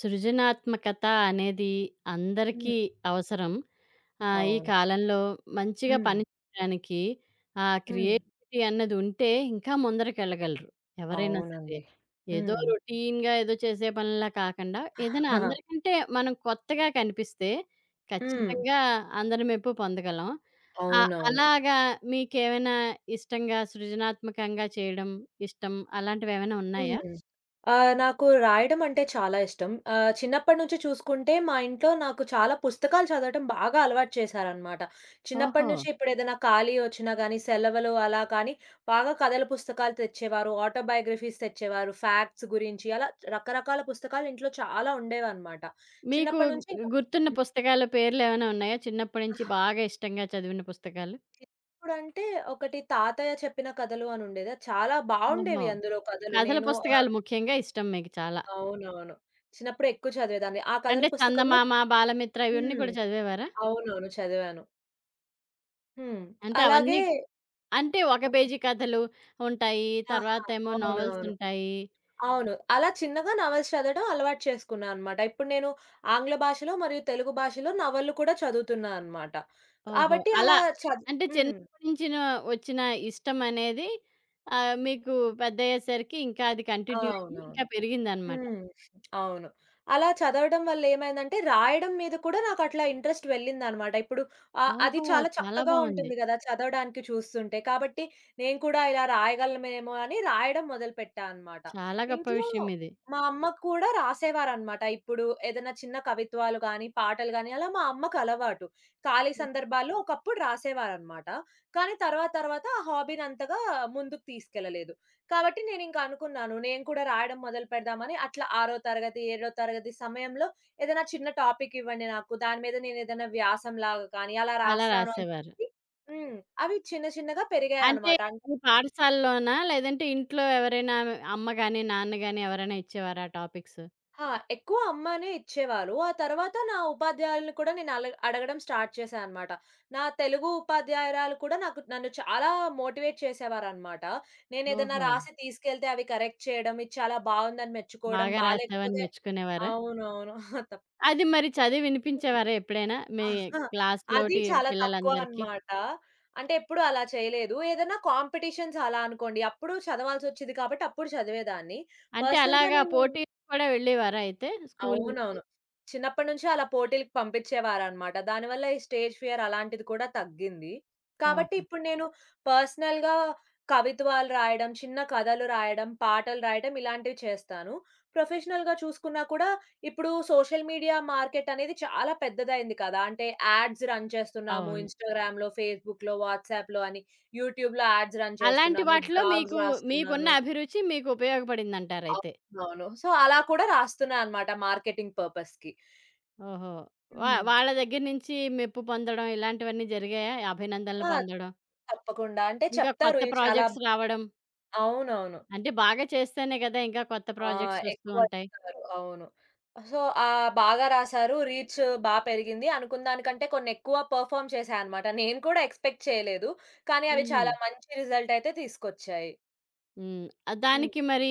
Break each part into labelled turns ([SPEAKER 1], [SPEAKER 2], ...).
[SPEAKER 1] సృజనాత్మకత అనేది
[SPEAKER 2] హ్మ్.
[SPEAKER 1] అందరికీ అవసరం. ఈ
[SPEAKER 2] అవును.
[SPEAKER 1] కాలంలో మంచిగా
[SPEAKER 2] హ్మ్.
[SPEAKER 1] పని చేయడానికి ఆ
[SPEAKER 2] హ్మ్.
[SPEAKER 1] క్రియేటివిటీ అన్నది ఉంటే ఇంకా ముందరకెళ్ళగలరు ఎవరైనా సరే.
[SPEAKER 2] అవునండి.
[SPEAKER 1] ఏదో
[SPEAKER 2] హ్మ్.
[SPEAKER 1] రొటీన్‌గా ఏదో చేసే పనిలా కాకుండా ఏదైనా అందరికంటే మనం కొత్తగా కనిపిస్తే
[SPEAKER 2] హ్మ్.
[SPEAKER 1] ఖచ్చితంగా అందరి మెప్పు పొందగలం.
[SPEAKER 2] అవునవును.
[SPEAKER 1] అలాగా, మీకేమైనా ఇష్టంగా సృజనాత్మకంగా చేయడం ఇష్టం అలాంటివేమైనా ఉన్నాయా?
[SPEAKER 2] హ్మ్. నాకు రాయడం అంటే చాలా ఇష్టం. చిన్నప్పటి నుంచి చూసుకుంటే మా ఇంట్లో నాకు చాలా పుస్తకాలు చదవటం బాగా అలవాటు చేశారనమాట. చిన్నప్పటి
[SPEAKER 1] ఓహో!
[SPEAKER 2] నుంచి ఇప్పుడేదైనా ఖాళీ వచ్చినా గానీ, సెలవులు అలా కానీ బాగా కథల పుస్తకాలు తెచ్చేవారు, ఆటోబయోగ్రఫీస్ తెచ్చేవారు, ఫ్యాక్ట్స్ గురించి అలా రకరకాల పుస్తకాలు ఇంట్లో చాలా ఉండేవనమాట.
[SPEAKER 1] మీకు
[SPEAKER 2] చిన్నప్పటి నుంచి ఇంకా
[SPEAKER 1] గుర్తున్న
[SPEAKER 2] హ్మ్.
[SPEAKER 1] పుస్తకాల పేర్లేమైనా ఉన్నాయా? చిన్నప్పటి నుంచి బాగా ఇష్టంగా చదివిన పుస్తకాలు?
[SPEAKER 2] ఇప్పుడంటే ఒకటి 'తాతయ్య చెప్పిన కథలు' అని ఉండేది. అది చాలా
[SPEAKER 1] ఓహో!
[SPEAKER 2] బావుండేవి అందులో కథలు.
[SPEAKER 1] కథల
[SPEAKER 2] నేను
[SPEAKER 1] పుస్తకాలు ముఖ్యంగా ఇష్టం మీకు చాలా.
[SPEAKER 2] అవునవును. చిన్నప్పుడు ఎక్కువ చదివేదాన్ని. ఆ కథల
[SPEAKER 1] అంటే
[SPEAKER 2] పుస్తకంలో
[SPEAKER 1] చందమామ, బాలమిత్ర ఇవన్నీ
[SPEAKER 2] హ్మ్.
[SPEAKER 1] కూడా చదివేవారా?
[SPEAKER 2] అవునవును. చదివాను. హ్మ్.
[SPEAKER 1] అంటే అవన్నీ
[SPEAKER 2] అలాగే
[SPEAKER 1] అంటే ఒక
[SPEAKER 2] హ్మ్.
[SPEAKER 1] పేజీ కథలు ఉంటాయి.
[SPEAKER 2] ఆహా!
[SPEAKER 1] తర్వాతేమో నావెల్స్
[SPEAKER 2] అవునవును.
[SPEAKER 1] ఉంటాయి.
[SPEAKER 2] అవును. అలా చిన్నగా నవెల్స్ చదవడం అలవాటు చేసుకున్నా అన్నమాట. ఇప్పుడు నేను ఆంగ్ల భాషలో మరియు తెలుగు భాషలో నవళ్ళు కూడా చదువుతున్నా అన్నమాట.
[SPEAKER 1] ఓహో!
[SPEAKER 2] కాబట్టి
[SPEAKER 1] అలా
[SPEAKER 2] అలా చదు
[SPEAKER 1] అంటే
[SPEAKER 2] హ్మ్.
[SPEAKER 1] చిన్నప్పటి నుంచిన వచ్చిన ఇష్టం అనేది, మీకు పెద్దయ్యేసరికి ఇంకా అది కంటిన్యూ అయ్యి ఇంకా
[SPEAKER 2] అవునవును.
[SPEAKER 1] పెరిగిందనమాట.
[SPEAKER 2] హ్మ్. అవును. అలా చదవడం వల్లేమైందంటే, రాయడం మీద కూడా నాకట్లా ఇంట్రెస్ట్ వెళ్ళిందనమాట. ఇప్పుడు అది
[SPEAKER 1] ఓహో!
[SPEAKER 2] చాలా
[SPEAKER 1] చాలా
[SPEAKER 2] చక్కగా
[SPEAKER 1] బావుంది.
[SPEAKER 2] ఉంటుంది గదా! చదవడానికి చూస్తుంటే. కాబట్టి నేను కూడా ఇలా రాయగలమేమో అని రాయడం మొదలుపెట్టా అనమాట.
[SPEAKER 1] చాలా గొప్ప
[SPEAKER 2] ఇంట్లో
[SPEAKER 1] విషయం ఇది.
[SPEAKER 2] మా అమ్మ కూడా రాసేవారనమాట. ఇప్పుడు ఏదైనా చిన్న కవిత్వాలు గానీ, పాటలు గానీ అలా మా అమ్మకలవాటు. ఖాళీ సందర్భాల్లో ఒకప్పుడు రాసేవారనమాట. కానీ తర్వాత తర్వాత ఆ హాబీనంతగా ముందుకు తీసుకెళ్ళలేదు. కాబట్టి నేనింక అనుకున్నాను. నేను కూడా రాయడం మొదలు పెడదామని. అట్లా 6వ తరగతి, 7వ తరగతి సమయంలో ఏదైనా చిన్న టాపిక్ ఇవ్వండి నాకు. దాని మీద నేనేదైనా వ్యాసంలాగా కానీ అలా
[SPEAKER 1] అలా
[SPEAKER 2] రాస్తాను అని
[SPEAKER 1] రాసేవారు.
[SPEAKER 2] చెప్పి హ్మ్. అవి చిన్న చిన్నగా
[SPEAKER 1] అంటే
[SPEAKER 2] పెరిగాయనమాట.
[SPEAKER 1] మీ పాఠశాలలోనా? లేదంటే ఇంట్లో ఎవరైనా అమ్మ గాని, నాన్న గాని ఎవరైనా ఇచ్చేవారా ఆ టాపిక్స్?
[SPEAKER 2] ఆ! ఎక్కువ అమ్మనే ఇచ్చేవారు. ఆ తర్వాత నా ఉపాధ్యాయులని కూడా నేను అల అడగడం స్టార్ట్ చేశా అనమాట. నా తెలుగు ఉపాధ్యాయురాలు కూడా నాకు నన్ను చాలా మోటివేట్ చేసేవారనమాట. నేనేదన్నా
[SPEAKER 1] ఓహో!
[SPEAKER 2] రాసి తీసుకెళ్తే అవి కరెక్ట్ చేయడం, ఇది చాలా బావుందని మెచ్చుకోవడం,
[SPEAKER 1] బాగా రాసావని
[SPEAKER 2] బాలేకపోతే
[SPEAKER 1] మెచ్చుకునేవారా?
[SPEAKER 2] అవునవును. తప్
[SPEAKER 1] అది మరి
[SPEAKER 2] అంటే
[SPEAKER 1] చదివి
[SPEAKER 2] హ్మ్.
[SPEAKER 1] వినిపించేవారా ఎప్పుడైనా? మీ
[SPEAKER 2] అహా! అది
[SPEAKER 1] క్లాస్‌లోటి
[SPEAKER 2] చాలా తక్కువ
[SPEAKER 1] పిల్లలందరికీ?
[SPEAKER 2] అనమాట. అంటే ఎప్పుడూ అలా చేయలేదు. ఏదన్నా కాంపిటీషన్స్ అలా అనుకోండి, అప్పుడు చదవాల్సొచ్చేది కాబట్టి అప్పుడు చదివేదాన్ని.
[SPEAKER 1] అంటే
[SPEAKER 2] పర్సనల్‌గా
[SPEAKER 1] అలాగా
[SPEAKER 2] నేను
[SPEAKER 1] పోటీలు కూడా వెళ్ళేవారా అయితే స్కూల్ నుంచి?
[SPEAKER 2] అవునవును. చిన్నప్పటి నుంచి అలా పోటీలకి పంపించేవారనమాట. దానివల్ల ఈ స్టేజ్ ఫియర్ అలాంటిది కూడా తగ్గింది. కాబట్టి
[SPEAKER 1] ఓహో!
[SPEAKER 2] ఇప్పుడు నేను పర్సనల్‌గా కవిత్వాలు రాయడం, చిన్న కథలు రాయడం, పాటలు రాయడం ఇలాంటివి చేస్తాను. ప్రొఫెషనల్‌గా చూసుకున్నా కూడా ఇప్పుడు సోషల్ మీడియా మార్కెట్ అనేది చాలా పెద్దదయింది కదా! అంటే యాడ్స్ రన్ చేస్తున్నాము.
[SPEAKER 1] అవును.
[SPEAKER 2] ఇన్‌స్టాగ్రామ్‌లో, ఫేస్‌బుక్‌లో, వాట్సాప్‌లో అని, యూట్యూబ్‌లో యాడ్స్ రన్
[SPEAKER 1] అలాంటి
[SPEAKER 2] చేస్తున్నాము.
[SPEAKER 1] వాటిలో
[SPEAKER 2] బ్లాగ్స్
[SPEAKER 1] మీకు మీకున్న
[SPEAKER 2] రాస్తున్నాను.
[SPEAKER 1] అభిరుచి మీకు ఉపయోగపడిందంటారైతే.
[SPEAKER 2] అవునవును. సో, అలా కూడా రాస్తున్నా అనమాట మార్కెటింగ్ పర్పస్‌కి.
[SPEAKER 1] ఓహో!
[SPEAKER 2] హ్మ్.
[SPEAKER 1] వాళ్ళ దగ్గర నుంచి మెప్పు పొందడం ఇలాంటివన్నీ జరిగాయా? అభినందనలు
[SPEAKER 2] ఆ!
[SPEAKER 1] పొందడం?
[SPEAKER 2] తప్పకుండా. అంటే
[SPEAKER 1] ఇంకా
[SPEAKER 2] చెప్తారు
[SPEAKER 1] కొత్త
[SPEAKER 2] ఇవి చాలా
[SPEAKER 1] ప్రాజెక్ట్స్ రావడం?
[SPEAKER 2] అవునవును.
[SPEAKER 1] అంటే బాగా చేస్తేనే కదా! ఇంకా కొత్త
[SPEAKER 2] ఆ!
[SPEAKER 1] ప్రాజెక్ట్స్ వస్తూ
[SPEAKER 2] ఎక్కువ
[SPEAKER 1] ఉంటాయి.
[SPEAKER 2] ఇస్తారు. అవును. సో, బాగా రాసారు. రీచ్ బా పెరిగింది. అనుకున్న దానికంటే కొన్ని ఎక్కువ పెర్ఫార్మ్ చేశాయన్నమాట. నేను కూడా ఎక్స్‌పెక్ట్ చేయలేదు. కానీ అవి
[SPEAKER 1] హుహు.
[SPEAKER 2] చాలా మంచి రిజల్ట్ అయితే తీసుకొచ్చాయి.
[SPEAKER 1] హ్మ్.
[SPEAKER 2] హ్మ్.
[SPEAKER 1] దానికి మరి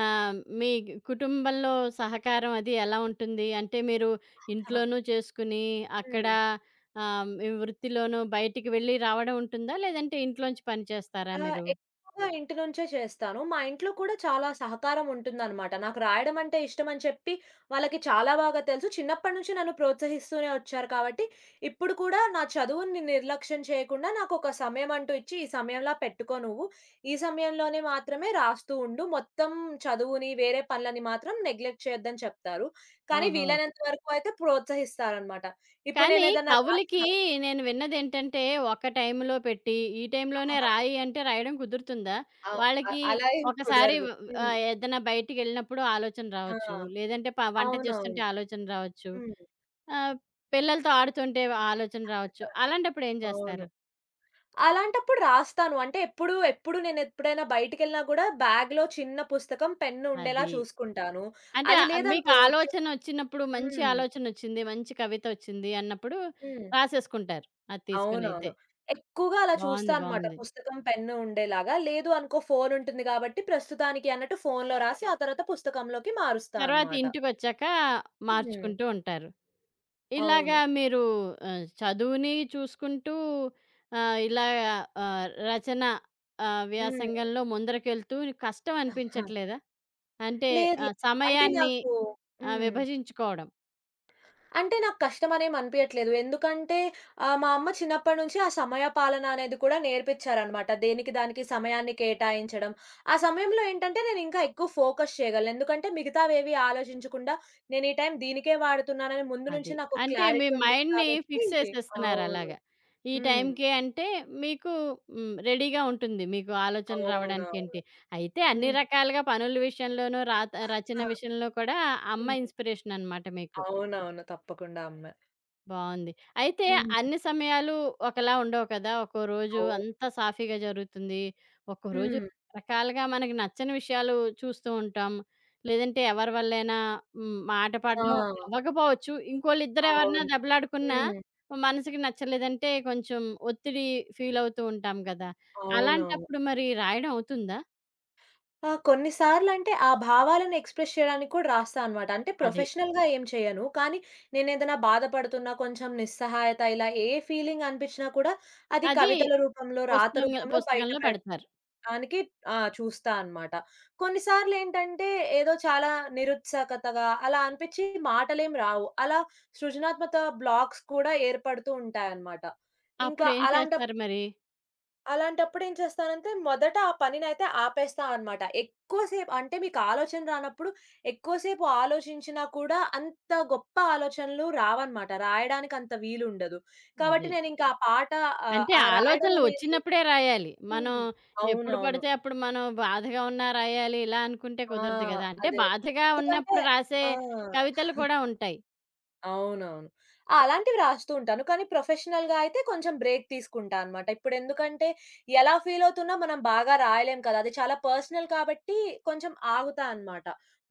[SPEAKER 1] మీ కుటుంబంలో సహకారం అది ఎలా ఉంటుంది? అంటే మీరు ఇంట్లోనూ చేసుకుని, అక్కడ,
[SPEAKER 2] హ్మ్.
[SPEAKER 1] మీ వృత్తిలోనూ బయటికి వెళ్ళి రావడం ఉంటుందా? లేదంటే ఇంట్లోంచి పని చేస్తారా
[SPEAKER 2] ఆ!
[SPEAKER 1] మీరు?
[SPEAKER 2] ఎక్కువగా ఇంటి నుంచే చేస్తాను. మా ఇంట్లో కూడా చాలా సహకారం ఉంటుందనమాట. నాకు రాయడం అంటే ఇష్టమని చెప్పి వాళ్ళకి చాలా బాగా తెలుసు. చిన్నప్పటి నుంచి నన్ను ప్రోత్సహిస్తూనే వచ్చారు కాబట్టి, ఇప్పుడు కూడా నా చదువుని నిర్లక్ష్యం చేయకుండా నాకొక సమయం అంటూ ఇచ్చి, "ఈ సమయంలా పెట్టుకో నువ్వు. ఈ సమయంలోనే మాత్రమే రాస్తూ ఉండు. మొత్తం చదువుని, వేరే పనులని మాత్రం నెగ్లెక్ట్ చేయొద్దని" చెప్తారు. కానీ
[SPEAKER 1] ఓహో!
[SPEAKER 2] వీలైనంత వరకు అయితే ప్రోత్సహిస్తారనమాట. ఇప్పుడు
[SPEAKER 1] కానీ
[SPEAKER 2] నేనేదన్నా
[SPEAKER 1] కవులకి
[SPEAKER 2] రాసినా
[SPEAKER 1] నేను విన్నదేంటంటే, ఒక టైంలో పెట్టి, ఈ టైంలోనే
[SPEAKER 2] అహహా!
[SPEAKER 1] రాయి అంటే రాయడం కుదురుతుందా?
[SPEAKER 2] అవ్ అ
[SPEAKER 1] వాళ్ళకి
[SPEAKER 2] అలా ఏం
[SPEAKER 1] ఒకసారి
[SPEAKER 2] కుదరదు. హ్మ్.
[SPEAKER 1] ఏదైనా బయటికెళ్ళినప్పుడు ఆలోచన
[SPEAKER 2] ఆ!
[SPEAKER 1] రావచ్చు. లేదంటే వంట చేస్తుంటే
[SPEAKER 2] అవునవును.
[SPEAKER 1] ఆలోచన రావచ్చు.
[SPEAKER 2] హ్మ్.
[SPEAKER 1] ఆహ్, పిల్లలతో ఆడుతుంటే ఆలోచన రావచ్చు. అలాంటప్పుడు ఏం
[SPEAKER 2] అవును.
[SPEAKER 1] చేస్తారు?
[SPEAKER 2] అలాంటప్పుడు రాస్తాను. అంటే ఎప్పుడు నేనెప్పుడైనా బయటికెళ్ళినా గూడా బ్యాగ్‌లో చిన్న పుస్తకం, పెన్ను ఉండేలా
[SPEAKER 1] అది.
[SPEAKER 2] చూసుకుంటాను.
[SPEAKER 1] అంటే
[SPEAKER 2] అది
[SPEAKER 1] మీకు
[SPEAKER 2] లేదనుకో చి
[SPEAKER 1] ఆలోచనొచ్చినప్పుడు, మంచి
[SPEAKER 2] హ్మ్.
[SPEAKER 1] ఆలోచనొచ్చింది, మంచి కవితొచ్చింది అన్నప్పుడు
[SPEAKER 2] హ్మ్.
[SPEAKER 1] రాసేసుకుంటారు. అది
[SPEAKER 2] అవునవును.
[SPEAKER 1] తీసుకొనైతే.
[SPEAKER 2] ఎక్కువగా అలా చూస్తా
[SPEAKER 1] బావుంది.
[SPEAKER 2] అనమాట.
[SPEAKER 1] బావుంది.
[SPEAKER 2] పుస్తకం, పెన్ను ఉండేలాగా. లేదు అనుకో ఫోను ఉంటుంది గాబట్టి ప్రస్తుతానికి అన్నట్టు ఫోనులో రాసి, ఆ తర్వాత పుస్తకంలోకి మారుస్తా
[SPEAKER 1] తర్వాత
[SPEAKER 2] అనమాట.
[SPEAKER 1] ఇంటికొచ్చాక
[SPEAKER 2] హ్మ్.
[SPEAKER 1] మార్చుకుంటూ ఉంటారు. ఇలాగా
[SPEAKER 2] అవును.
[SPEAKER 1] మీరు చదువుని చూసుకుంటూ ఇలా రచన
[SPEAKER 2] హ్మ్.
[SPEAKER 1] వ్యాసంగంలో ముందరకెళ్తూ కష్టం అనిపించట్లేదా? అంటే
[SPEAKER 2] లేదు లేదు. అంటే
[SPEAKER 1] సమయాన్ని
[SPEAKER 2] నాకు హ్మ్.
[SPEAKER 1] విభజించుకోవడం
[SPEAKER 2] అంటే నాకు కష్టమనేమి అనిపియట్లేదు. ఎందుకంటే మా అమ్మ చిన్నప్పటి నుంచి ఆ సమయ పాలన అనేది కూడా నేర్పిచ్చారనమాట. దేనికి దానికి సమయాన్ని కేటాయించడం. ఆ సమయంలో ఏంటంటే నేను ఇంకా ఎక్కువ ఫోకస్ చేయగలను. ఎందుకంటే మిగతావేవి ఆలోచించకుండా నేను ఈ టైం దీనికే వాడుతున్నానని ముందు
[SPEAKER 1] అది.
[SPEAKER 2] నుంచి నాకు ఒక
[SPEAKER 1] అంటే మీ
[SPEAKER 2] క్లారిటీ ఉండేది
[SPEAKER 1] మైండ్‌ని
[SPEAKER 2] కాబట్టి
[SPEAKER 1] ఫిక్స్ చేసేస్తున్నారు
[SPEAKER 2] అవును.
[SPEAKER 1] అలాగా. ఈ
[SPEAKER 2] హ్మ్.
[SPEAKER 1] టైంకే అంటే మీకు హ్మ్, రెడీగా ఉంటుంది. మీకు ఆలోచన రావడానికి
[SPEAKER 2] అవునవును.
[SPEAKER 1] ఏంటి. అయితే అన్ని
[SPEAKER 2] హ్మ్.
[SPEAKER 1] రకాలుగా పనుల విషయంలోనూ రాత రచన
[SPEAKER 2] ఆ!
[SPEAKER 1] విషయంలో కూడా
[SPEAKER 2] హ్మ్.
[SPEAKER 1] అమ్మ ఇన్‌స్పిరేషన్ అనమాట మీకు.
[SPEAKER 2] అవునవును. తప్పకుండా అమ్మే.
[SPEAKER 1] బావుంది. అయితే
[SPEAKER 2] హ్మ్.
[SPEAKER 1] అన్ని సమయాలు ఒకలా ఉండవు కదా! ఒక్కో రోజు
[SPEAKER 2] అవును.
[SPEAKER 1] అంతా సాఫీగా జరుగుతుంది. ఒక్కో రోజు
[SPEAKER 2] హ్మ్.
[SPEAKER 1] రకరకాలుగా మనకి నచ్చని విషయాలు చూస్తూ ఉంటాం. లేదంటే ఎవరి వల్లైనా హ్మ్, మాట
[SPEAKER 2] ఆ!
[SPEAKER 1] పడడం అవ్వకపోవచ్చు. ఇంకోళ్ళిద్దరు ఎవరైనా
[SPEAKER 2] అవును.
[SPEAKER 1] దెబ్బలాడుకున్నా
[SPEAKER 2] హ్మ్.
[SPEAKER 1] మనసుకి నచ్చలేదంటే కొంచెం ఒత్తిడి ఫీల్ అవుతూ ఉంటాం కదా!
[SPEAKER 2] అవునవును.
[SPEAKER 1] అలాంటప్పుడు మరి రాయడం అవుతుందా?
[SPEAKER 2] ఆ! కొన్నిసార్లంటే ఆ భావాలను ఎక్స్‌ప్రెస్ చేయడానికి కూడా రాస్తా అనమాట. అంటే
[SPEAKER 1] అది.
[SPEAKER 2] ప్రొఫెషనల్‌గా ఏం చేయను. కానీ నేనేదైనా బాధపడుతున్నా, కొంచెం నిస్సహాయత ఇలా ఏ ఫీలింగ్ అనిపించినా కూడా అది
[SPEAKER 1] అది
[SPEAKER 2] కవితల రూపంలో, రాత
[SPEAKER 1] పుస్తకంలో
[SPEAKER 2] రూపంలో బయట
[SPEAKER 1] పుస్తకంలో పెడతారు.
[SPEAKER 2] పెట్టడానికి చూస్తా అనమాట. కొన్నిసార్లేంటంటే ఏదో చాలా నిరుత్సాహకతగా అలా అనిపించి మాటలేం రావు. అలా సృజనాత్మక బ్లాక్స్ కూడా ఏర్పడుతూ ఉంటాయన్నమాట. ఇంకా
[SPEAKER 1] అప్పుడేం
[SPEAKER 2] అలాంటప్పుడు
[SPEAKER 1] చేస్తారు మరి?
[SPEAKER 2] అలాంటప్పుడు ఏం చేస్తానంటే, మొదట ఆ పనినైతే ఆపేస్తా అనమాట. ఎక్కువ సేపు అంటే మీకు ఆలోచన రానప్పుడు ఎక్కువ సేపు ఆలోచించినా కూడా అంత గొప్ప ఆలోచనలు రావనమాట. రాయడానికి అంత వీలుండదు. కాబట్టి
[SPEAKER 1] అదే.
[SPEAKER 2] నేనింకా ఆ పాట
[SPEAKER 1] అంటే
[SPEAKER 2] ఆ రాయడం
[SPEAKER 1] ఆలోచనలు
[SPEAKER 2] అనేది
[SPEAKER 1] వచ్చినప్పుడే రాయాలి. మనం
[SPEAKER 2] హ్మ్.
[SPEAKER 1] ఎప్పుడు
[SPEAKER 2] అవునవును.
[SPEAKER 1] పడితే అప్పుడు మనం బాధగా ఉన్నా రాయాలి ఇలా అనుకుంటే
[SPEAKER 2] ఆ!
[SPEAKER 1] కుదరదు గదా! అంటే
[SPEAKER 2] అదే.
[SPEAKER 1] బాధగా
[SPEAKER 2] ఎందుకంటే
[SPEAKER 1] ఉన్నప్పుడు రాసే
[SPEAKER 2] ఆ!
[SPEAKER 1] కవితలు కూడా ఉంటాయి.
[SPEAKER 2] అవునవును. ఆ! అలాంటివి రాస్తూ ఉంటాను. కానీ ప్రొఫెషనల్‌గా అయితే కొంచెం బ్రేక్ తీసుకుంటా అనమాట. ఇప్పుడెందుకంటే ఎలా ఫీల్ అవుతున్నా మనం బాగా రాయలేం కదా! అది చాలా పర్సనల్ కాబట్టి కొంచెం ఆగుతా అనమాట.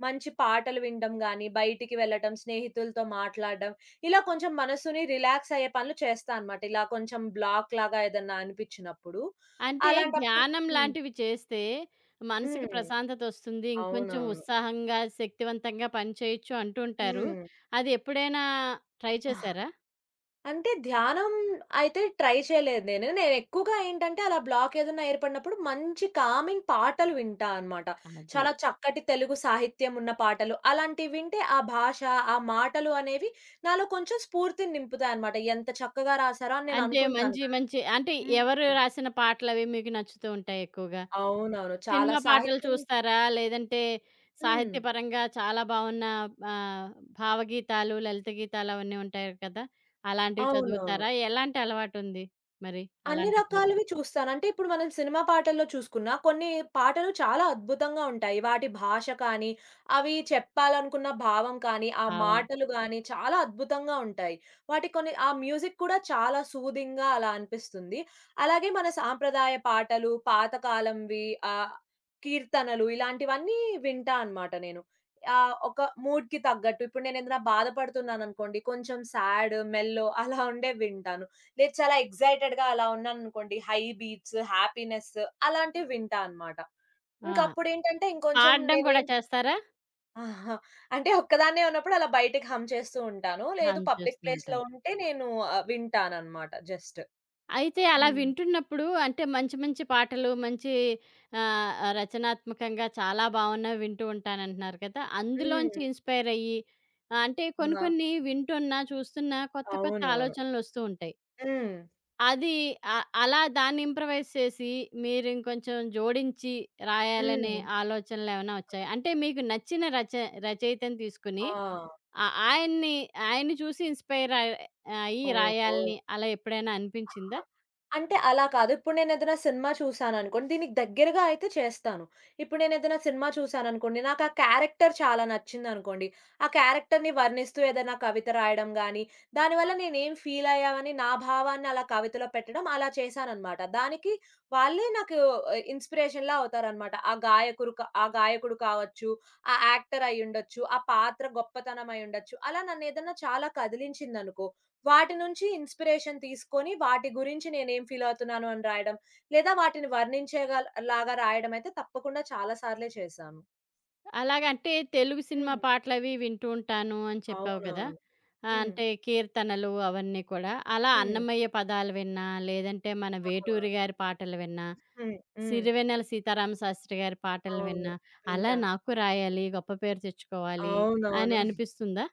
[SPEAKER 2] మంచి పాటలు వినడం గానీ, బయటికి వెళ్ళటం, స్నేహితులతో మాట్లాడడం, ఇలా కొంచెం మనసుని రిలాక్స్ అయ్యే పనులు చేస్తా అనమాట. ఇలా కొంచెం బ్లాక్ లాగా ఏదన్నా అనిపించినప్పుడు.
[SPEAKER 1] అంటే
[SPEAKER 2] అలాంటప్పుడు
[SPEAKER 1] ధ్యానం
[SPEAKER 2] హ్మ్.
[SPEAKER 1] లాంటివి చేస్తే మనసుకి
[SPEAKER 2] హ్మ్.
[SPEAKER 1] ప్రశాంతత వస్తుంది. ఇంకొంచెం
[SPEAKER 2] అవునవును.
[SPEAKER 1] ఉత్సాహంగా, శక్తివంతంగా పని చేయొచ్చు అంటూ ఉంటారు.
[SPEAKER 2] హ్మ్.
[SPEAKER 1] అది ఎప్పుడైనా ట్రై చేశారా?
[SPEAKER 2] అంటే ధ్యానం అయితే ట్రై చేయలేదు నేను. నేనెక్కువగా ఏంటంటే, అలా బ్లాక్ ఏదన్నా ఏర్పడినప్పుడు మంచి కామింగ్ పాటలు వింటా అనమాట.
[SPEAKER 1] అది.
[SPEAKER 2] చాలా చక్కటి తెలుగు సాహిత్యం ఉన్న పాటలు. అలాంటివి వింటే ఆ భాష, ఆ మాటలు అనేవి నాలో కొంచెం స్ఫూర్తిని నింపుతాయనమాట. ఎంత చక్కగా రాశారో అని నేను
[SPEAKER 1] అంటే
[SPEAKER 2] అనుకుంటాను.
[SPEAKER 1] మంచి మంచి అంటే ఎవరు
[SPEAKER 2] హ్మ్.
[SPEAKER 1] రాసిన పాటలవి మీకు నచ్చుతూ ఉంటాయి ఎక్కువగా?
[SPEAKER 2] అవునవును. చాలా
[SPEAKER 1] సినిమా పాటలు
[SPEAKER 2] సాహిత్యం
[SPEAKER 1] చూస్తారా? లేదంటే
[SPEAKER 2] హ్మ్.
[SPEAKER 1] సాహిత్యపరంగా చాలా బావున్న ఆహ్, భావగీతాలు, లలిత గీతాలు అవన్నీ ఉంటాయి కదా! అలాంటివి
[SPEAKER 2] అవునవును.
[SPEAKER 1] చదువుతారా? ఎలాంటి అలవాటుంది మరి
[SPEAKER 2] అన్ని
[SPEAKER 1] అలాంటప్పుడు?
[SPEAKER 2] రకాలవి చూస్తాను. అంటే ఇప్పుడు మనం సినిమా పాటల్లో చూసుకున్నా కొన్ని పాటలు చాలా అద్భుతంగా ఉంటాయి. వాటి భాష కానీ, అవి చెప్పాలనుకున్న భావం కానీ, ఆ
[SPEAKER 1] భావం.
[SPEAKER 2] మాటలు గానీ చాలా అద్భుతంగా ఉంటాయి. వాటి కొన్ని ఆ మ్యూజిక్ కూడా చాలా సూదింగ్‌గా అలా అనిపిస్తుంది. అలాగే మన సాంప్రదాయ పాటలు, పాతకాలంవి ఆహ్, కీర్తనలు ఇలాంటివన్నీ వింటా అనమాట నేను. ఒక మూడ్‌కి తగ్గట్టు ఇప్పుడు నేనేదైనా బాధపడుతున్నాననుకోండి కొంచెం సాడ్, మెల్లో అలా ఉండేవి వింటాను. లేదు చాలా ఎక్సైటెడ్‌గా అలా ఉన్నాననుకోండి, హై బీట్స్, హ్యాపీనెస్ అలాంటివి వింటా అనమాట.
[SPEAKER 1] ఆ!
[SPEAKER 2] ఇంకప్పుడేంటంటే ఇంకొంచెం
[SPEAKER 1] పాడడం కూడా
[SPEAKER 2] నేనేం
[SPEAKER 1] చేస్తారా?
[SPEAKER 2] ఆహా. అంటే ఒక్కదాన్నే ఉన్నప్పుడు అలా బయటకి హమ్ చేస్తూ ఉంటాను. లేదు
[SPEAKER 1] అవును.
[SPEAKER 2] పబ్లిక్
[SPEAKER 1] చేస్తూ
[SPEAKER 2] ప్లేస్‌లో
[SPEAKER 1] ఉంటారు.
[SPEAKER 2] ఉంటే నేను వింటాననమాట జస్ట్.
[SPEAKER 1] అయితే అలా
[SPEAKER 2] హ్మ్.
[SPEAKER 1] వింటున్నప్పుడు అంటే మంచి మంచి పాటలు, మంచి ఆహ్, రచనాత్మకంగా చాలా బావున్నవి వింటూ ఉంటానంటున్నారు కదా!
[SPEAKER 2] హ్మ్.
[SPEAKER 1] అందులోంచి ఇన్‌స్పైర్ అయ్యి, అంటే కొన్ని
[SPEAKER 2] ఆ!
[SPEAKER 1] కొన్ని వింటున్నా, చూస్తున్నా కొత్త కొత్త
[SPEAKER 2] అవునవును.
[SPEAKER 1] ఆలోచనలొస్తూ ఉంటాయి.
[SPEAKER 2] హ్మ్.
[SPEAKER 1] అది అలా దాన్ని ఇంప్రవైజ్ చేసి మీరింకొంచెం జోడించి రాయాలనే
[SPEAKER 2] హ్మ్.
[SPEAKER 1] ఆలోచనలేమైనా వచ్చాయా? అంటే మీకు నచ్చిన రచయితని తీసుకొని
[SPEAKER 2] ఆ!
[SPEAKER 1] ఆహ్, ఆయన్ని, ఆయన్ని చూసి ఇన్‌స్పైర్ అయ్యి
[SPEAKER 2] ఓహో!
[SPEAKER 1] రాయాలని అలా ఎప్పుడైనా
[SPEAKER 2] ఆహా!
[SPEAKER 1] అనిపించిందా?
[SPEAKER 2] అంటే అలా కాదు. ఇప్పుడు నేనేదైనా సినిమా చూసాననుకోండి, దీనికి దగ్గరగా అయితే చేస్తాను. ఇప్పుడు నేనేదైనా సినిమా చూసాననుకోండి, నాకా క్యారెక్టర్ చాలా నచ్చిందనుకోండి, ఆ క్యారెక్టర్‌ని వర్ణిస్తూ ఏదైనా కవిత రాయడం గానీ, దానివల్ల నేనేం ఫీలయ్యామని నా భావాన్ని అలా కవితలో పెట్టడం అలా చేశాననమాట. దానికి వాళ్ళే నాకు ఇన్‌స్పిరేషన్‌లా అవుతారనమాట. ఆ గాయకురు క ఆ గాయకుడు కావచ్చు, ఆ యాక్టర్ అయ్యుండొచ్చు, ఆ పాత్ర గొప్పతనం అయ్యుండొచ్చు, అలా నన్నేదన్నా చాలా కదిలించిందనుకో వాటి నుంచి ఇన్‌స్పిరేషన్ తీసుకొని, వాటి గురించి నేనేం ఫీల్ అవుతున్నాను అని రాయడం, లేదా వాటిని లాగా రాయడం అయితే తప్పకుండా చాలా సార్లే చేశాను.
[SPEAKER 1] అలాగంటే తెలుగు సినిమా
[SPEAKER 2] హ్మ్.
[SPEAKER 1] పాటలవి వింటూ ఉంటాను అని చెప్పావు కదా!
[SPEAKER 2] అవునవును. హ్మ్.
[SPEAKER 1] అంటే కీర్తనలు అవన్నీ కూడా. అలా
[SPEAKER 2] హ్మ్.
[SPEAKER 1] అన్నమయ్య పదాలు విన్నా, లేదంటే మన
[SPEAKER 2] ఆ!
[SPEAKER 1] వేటూరి గారి పాటలు విన్నా,
[SPEAKER 2] హ్మ్. హ్మ్.
[SPEAKER 1] 'సిరివెన్నెల సీతారామశాస్త్రి' గారి పాటలు
[SPEAKER 2] అవును.
[SPEAKER 1] విన్నా, అలా
[SPEAKER 2] వింటా.
[SPEAKER 1] నాకు రాయాలి, గొప్ప పేరు తెచ్చుకోవాలి అని
[SPEAKER 2] అవునవును.
[SPEAKER 1] అనిపిస్తుందా?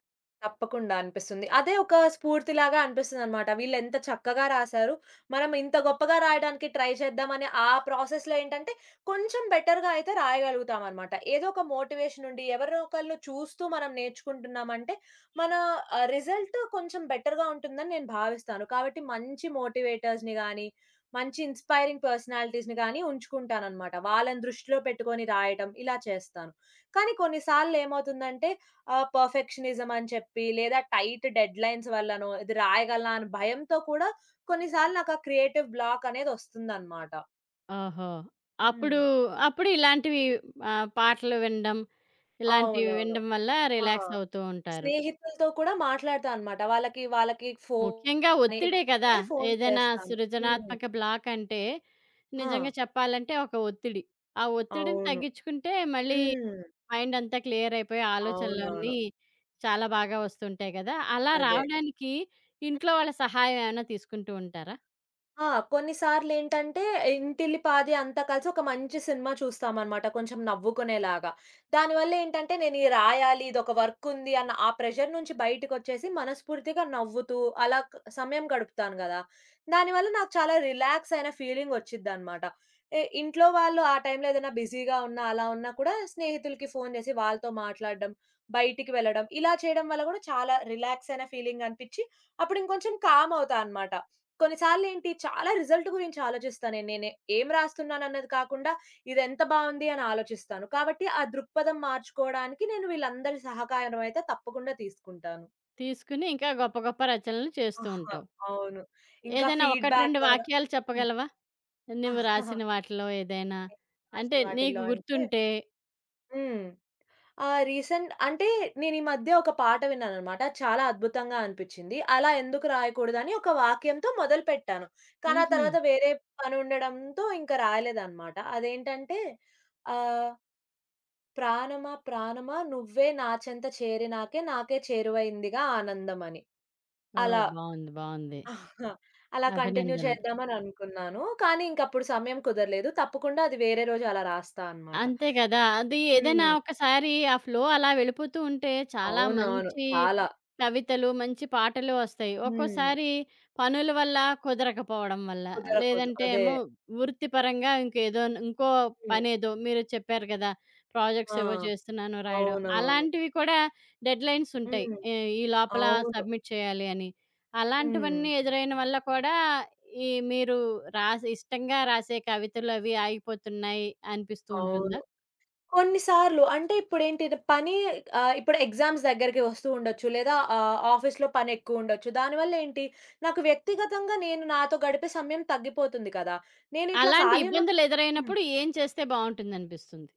[SPEAKER 2] తప్పకుండా అనిపిస్తుంది. అదే ఒక స్ఫూర్తిలాగా అనిపిస్తుందనమాట. వీళ్ళెంత చక్కగా రాసారు. మనం ఇంత గొప్పగా రాయడానికి ట్రై చేద్దామని ఆ ప్రాసెస్‌లో ఏంటంటే, కొంచెం బెటర్‌గా అయితే రాయగలుగుతామనమాట. ఏదో ఒక మోటివేషన్ ఉండి, ఎవరో ఒకళ్ళు చూస్తూ మనం నేర్చుకుంటున్నామంటే, మన రిజల్ట్ కొంచెం బెటర్‌గా ఉంటుందని నేను భావిస్తాను. కాబట్టి మంచి మోటివేటర్స్‌ని గానీ, మంచి ఇన్‌స్పైరింగ్ పర్సనాలిటీస్‌ని గానీ ఉంచుకుంటాననమాట. వాళ్ళని దృష్టిలో పెట్టుకొని రాయటం ఇలా చేస్తాను. కానీ కొన్నిసార్లేమవుతుందంటే ఆ! పర్ఫెక్షనిజం అని చెప్పి, లేదా టైట్ డెడ్‌లైన్స్ వల్లనో, ఇది రాయగలనా అని భయంతో కూడా కొన్ని సార్లు నాకు ఆ క్రియేటివ్ బ్లాక్ అనేదొస్తుందనమాట.
[SPEAKER 1] ఓహో!
[SPEAKER 2] హ్మ్.
[SPEAKER 1] అప్పుడు, అప్పుడు ఇలాంటివి, పాటలు వినడం, ఇలాంటివి
[SPEAKER 2] అవునవును.
[SPEAKER 1] వినడం వల్ల
[SPEAKER 2] ఆ!
[SPEAKER 1] రిలాక్స్ అవుతూ ఉంటారు.
[SPEAKER 2] స్నేహితులతో కూడా మాట్లాడతా అనమాట. వాళ్ళకి ఫోన్
[SPEAKER 1] ముఖ్యంగా
[SPEAKER 2] అని
[SPEAKER 1] ఒత్తిడే కదా!
[SPEAKER 2] ఎక్కువైతే ఫోన్
[SPEAKER 1] ఏదైనా
[SPEAKER 2] చేస్తాను. హ్మ్.
[SPEAKER 1] సృజనాత్మక బ్లాక్ అంటే,
[SPEAKER 2] ఆ!
[SPEAKER 1] నిజంగా చెప్పాలంటే ఒక ఒత్తిడి. ఆ ఒత్తిడిని
[SPEAKER 2] అవును.
[SPEAKER 1] తగ్గించుకుంటే మళ్ళీ
[SPEAKER 2] హ్మ్.
[SPEAKER 1] మైండ్ అంతా క్లియర్ అయిపోయి
[SPEAKER 2] అవునవును.
[SPEAKER 1] ఆలోచనలన్నీ చాలా బాగా వస్తుంటాయి కదా! అలా
[SPEAKER 2] అదే.
[SPEAKER 1] రావడానికి ఇంట్లో వాళ్ళ సహాయం ఏమైనా తీసుకుంటూ ఉంటారా?
[SPEAKER 2] ఆ! కొన్నిసార్లేంటంటే ఇంటిల్లిపాది అంతా కలిసి ఒక మంచి సినిమా చూస్తామనమాట కొంచెం నవ్వుకునేలాగా. దానివల్లేంటంటే నేను ఇది రాయాలి, ఇదొక వర్కుంది అన్న ఆ ప్రెషర్ నుంచి బయటికొచ్చేసి మనస్ఫూర్తిగా నవ్వుతూ అలా సమయం గడుపుతాను గదా! దానివల్ల నాకు చాలా రిలాక్స్ అయిన ఫీలింగ్ వచ్చిద్దనమాట. ఇంట్లో వాళ్ళు ఆ టైంలో ఏదైనా బిజీగా ఉన్నా, అలా ఉన్నా కూడా స్నేహితులకి ఫోను జేసి వాళ్ళతో మాట్లాడడం, బయటికి వెళ్ళడం ఇలా చేయడం వల్ల గూడా చాలా రిలాక్స్ అయిన ఫీలింగ్ అనిపిచ్చి అప్పుడు ఇంకొంచెం కామ్ అవుతా అనమాట. కొన్నిసార్లేంటి చాలా రిజల్ట్ గురించి ఆలోచిస్తా నేను. నేనే ఏం రాస్తున్నానన్నది కాకుండా, ఇదెంత బావుంది అని ఆలోచిస్తాను. కాబట్టి ఆ దృక్పథం మార్చుకోవడానికి నేను వీళ్ళందరి సహకారం అయితే తప్పకుండా తీసుకుంటాను.
[SPEAKER 1] తీసుకుని ఇంకా గొప్ప గొప్ప రచనలు చేస్తూ
[SPEAKER 2] ఆహా!
[SPEAKER 1] ఉంటావు.
[SPEAKER 2] ఆ! అవును. ఇంకా
[SPEAKER 1] ఏదైనా 1,
[SPEAKER 2] ఫీడ్‌బ్యాక్
[SPEAKER 1] 2
[SPEAKER 2] లాగా
[SPEAKER 1] వాక్యాలు
[SPEAKER 2] హ్మ్.
[SPEAKER 1] చెప్పగలవా? నువ్వు
[SPEAKER 2] అసలు
[SPEAKER 1] రాసిన వాటిలో ఏదైనా? అంటే నీకు
[SPEAKER 2] వాటిల్లో అంటే
[SPEAKER 1] గుర్తుంటే.
[SPEAKER 2] హ్మ్. ఆ! రీసెంట్ అంటే నేను ఈ మధ్య ఒక పాట విన్నాననమాట. చాలా అద్భుతంగా అనిపిచ్చింది. అలా ఎందుకు రాయకూడదని ఒక వాక్యంతో మొదలుపెట్టాను. కానీ ఆ
[SPEAKER 1] హుహు.
[SPEAKER 2] తర్వాత వేరే పనుండడంతో ఇంక రాయలేదనమాట. అదేంటంటే ఆహ్, ప్రాణమా ప్రాణమా నువ్వే నా చెంత చేరినాకే నాకే చేరువైందిగా ఆనందమని.
[SPEAKER 1] ఓహ్!
[SPEAKER 2] అలా
[SPEAKER 1] బావుంది. బావుంది.
[SPEAKER 2] అలా కంటిన్యూ
[SPEAKER 1] అభినందనలు.
[SPEAKER 2] చేద్దామని అనుకున్నాను. కానీ ఇంకప్పుడు సమయం కుదరలేదు. తప్పకుండా అది వేరే రోజు అలా రాస్తా అనమాట.
[SPEAKER 1] అంతే గదా! అది ఏదైనా
[SPEAKER 2] హ్మ్.
[SPEAKER 1] ఒకసారి ఆ ఫ్లో అలా వెళ్ళిపోతూ ఉంటే చాలా
[SPEAKER 2] అవునవును.
[SPEAKER 1] మంచి
[SPEAKER 2] చాలా.
[SPEAKER 1] కవితలు, మంచి పాటలు ఒస్తాయి.
[SPEAKER 2] హ్మ్.
[SPEAKER 1] ఒక్కోసారి పనుల వల్ల, కుదరకపోవడం వల్ల,
[SPEAKER 2] కుదరకూదు.
[SPEAKER 1] లేదంటే
[SPEAKER 2] అదే.
[SPEAKER 1] ఏమో వృత్తిపరంగా ఇంకేదో ఇంకో
[SPEAKER 2] హ్మ్.
[SPEAKER 1] పనేదో మీరు చెప్పారు గదా!
[SPEAKER 2] ఆ!
[SPEAKER 1] ప్రాజెక్ట్స్ ఏవో చేస్తున్నాను రాయడం.
[SPEAKER 2] అవునవును.
[SPEAKER 1] అలాంటివి కూడా డెడ్‌లైన్స్ ఉంటాయి.
[SPEAKER 2] హ్మ్.
[SPEAKER 1] ఈ ఈ లోపల
[SPEAKER 2] అవును.
[SPEAKER 1] సబ్మిట్ చేయాలి అని.
[SPEAKER 2] హ్మ్.
[SPEAKER 1] అలాంటివన్నీ ఎదురైన వల్ల కూడా ఈ మీరు రాసి ఇష్టంగా రాసే కవితలవి ఆగిపోతున్నాయి అనిపిస్తూ ఉంటుందా?
[SPEAKER 2] అవును. కొన్ని సార్లు అంటే ఇప్పుడేంటి పని ఇప్పుడు ఎగ్జామ్స్ దగ్గరికి వస్తూ ఉండొచ్చు. లేదా ఆఫీస్‌లో పని ఎక్కువుండొచ్చు. దానివల్ల ఏంటి నాకు వ్యక్తిగతంగా నేను నాతో గడిపే సమయం తగ్గిపోతుంది కదా! నేను ఇట్లా
[SPEAKER 1] అలాంటి
[SPEAKER 2] ఖాళీ ఉన్న
[SPEAKER 1] ఇబ్బందులు ఎదురైనప్పుడు ఏం చేస్తే బావుంటుందనిపిస్తుంది?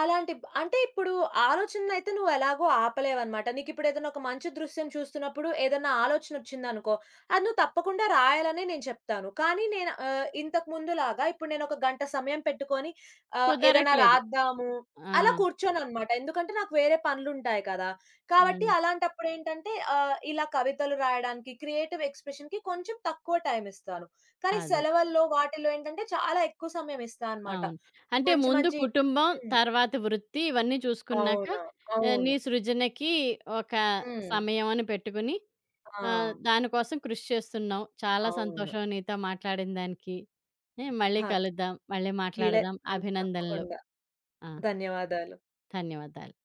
[SPEAKER 2] అలాంటి బ్ అంటే ఇప్పుడు ఆలోచనలయితే నువ్వు ఎలాగో ఆపలేవనమాట. నీకిప్పుడు ఏదైనా ఒక మంచి దృశ్యం చూస్తున్నప్పుడు ఏదన్నా ఆలోచనొచ్చిందనుకో, అది నువ్వు తప్పకుండా రాయాలనే నేను చెప్తాను. కానీ నేను ఇంతకు ముందులాగా ఇప్పుడు నేనొక గంట సమయం పెట్టుకొని ఏదన్నా
[SPEAKER 1] కుదరట్లేదు.
[SPEAKER 2] రాద్దాము
[SPEAKER 1] ఆ!
[SPEAKER 2] అలా కూర్చోననమాట. ఎందుకంటే నాకు వేరే పనులుంటాయి కదా! కాబట్టి
[SPEAKER 1] హ్మ్.
[SPEAKER 2] అలాంటప్పుడేంటంటే ఇలా కవితలు రాయడానికి, క్రియేటివ్ ఎక్స్‌ప్రెషన్‌కి కొంచెం తక్కువ టైం ఇస్తాను. కానీ
[SPEAKER 1] అది.
[SPEAKER 2] సెలవుల్లో వాటిల్లో ఏంటంటే చాలా ఎక్కువ సమయం ఇస్తా అనమాట.
[SPEAKER 1] అవును. అంటే
[SPEAKER 2] మంచి
[SPEAKER 1] ముందు
[SPEAKER 2] మంచి
[SPEAKER 1] కుటుంబం,
[SPEAKER 2] హ్మ్.
[SPEAKER 1] తర్వాత వృత్తి ఇవన్నీ చూసుకున్నాక
[SPEAKER 2] అవును.
[SPEAKER 1] నీ
[SPEAKER 2] అవును.
[SPEAKER 1] సృజనకి ఒక
[SPEAKER 2] హ్మ్.
[SPEAKER 1] సమయం అని పెట్టుకుని,
[SPEAKER 2] ఆ!
[SPEAKER 1] దానికోసం కృషి చేస్తున్నావు. చాలా
[SPEAKER 2] అవును.
[SPEAKER 1] సంతోషం నీతో మాట్లాడిన దానికి. హ్మ్. మళ్ళీ
[SPEAKER 2] హ!
[SPEAKER 1] కలుద్దాం. మళ్ళీ
[SPEAKER 2] వీలై
[SPEAKER 1] మాట్లాడదాం. అభినందనలు.
[SPEAKER 2] తప్పకుండా.
[SPEAKER 1] ఆ!
[SPEAKER 2] ధన్యవాదాలు.
[SPEAKER 1] ధన్యవాదాలు.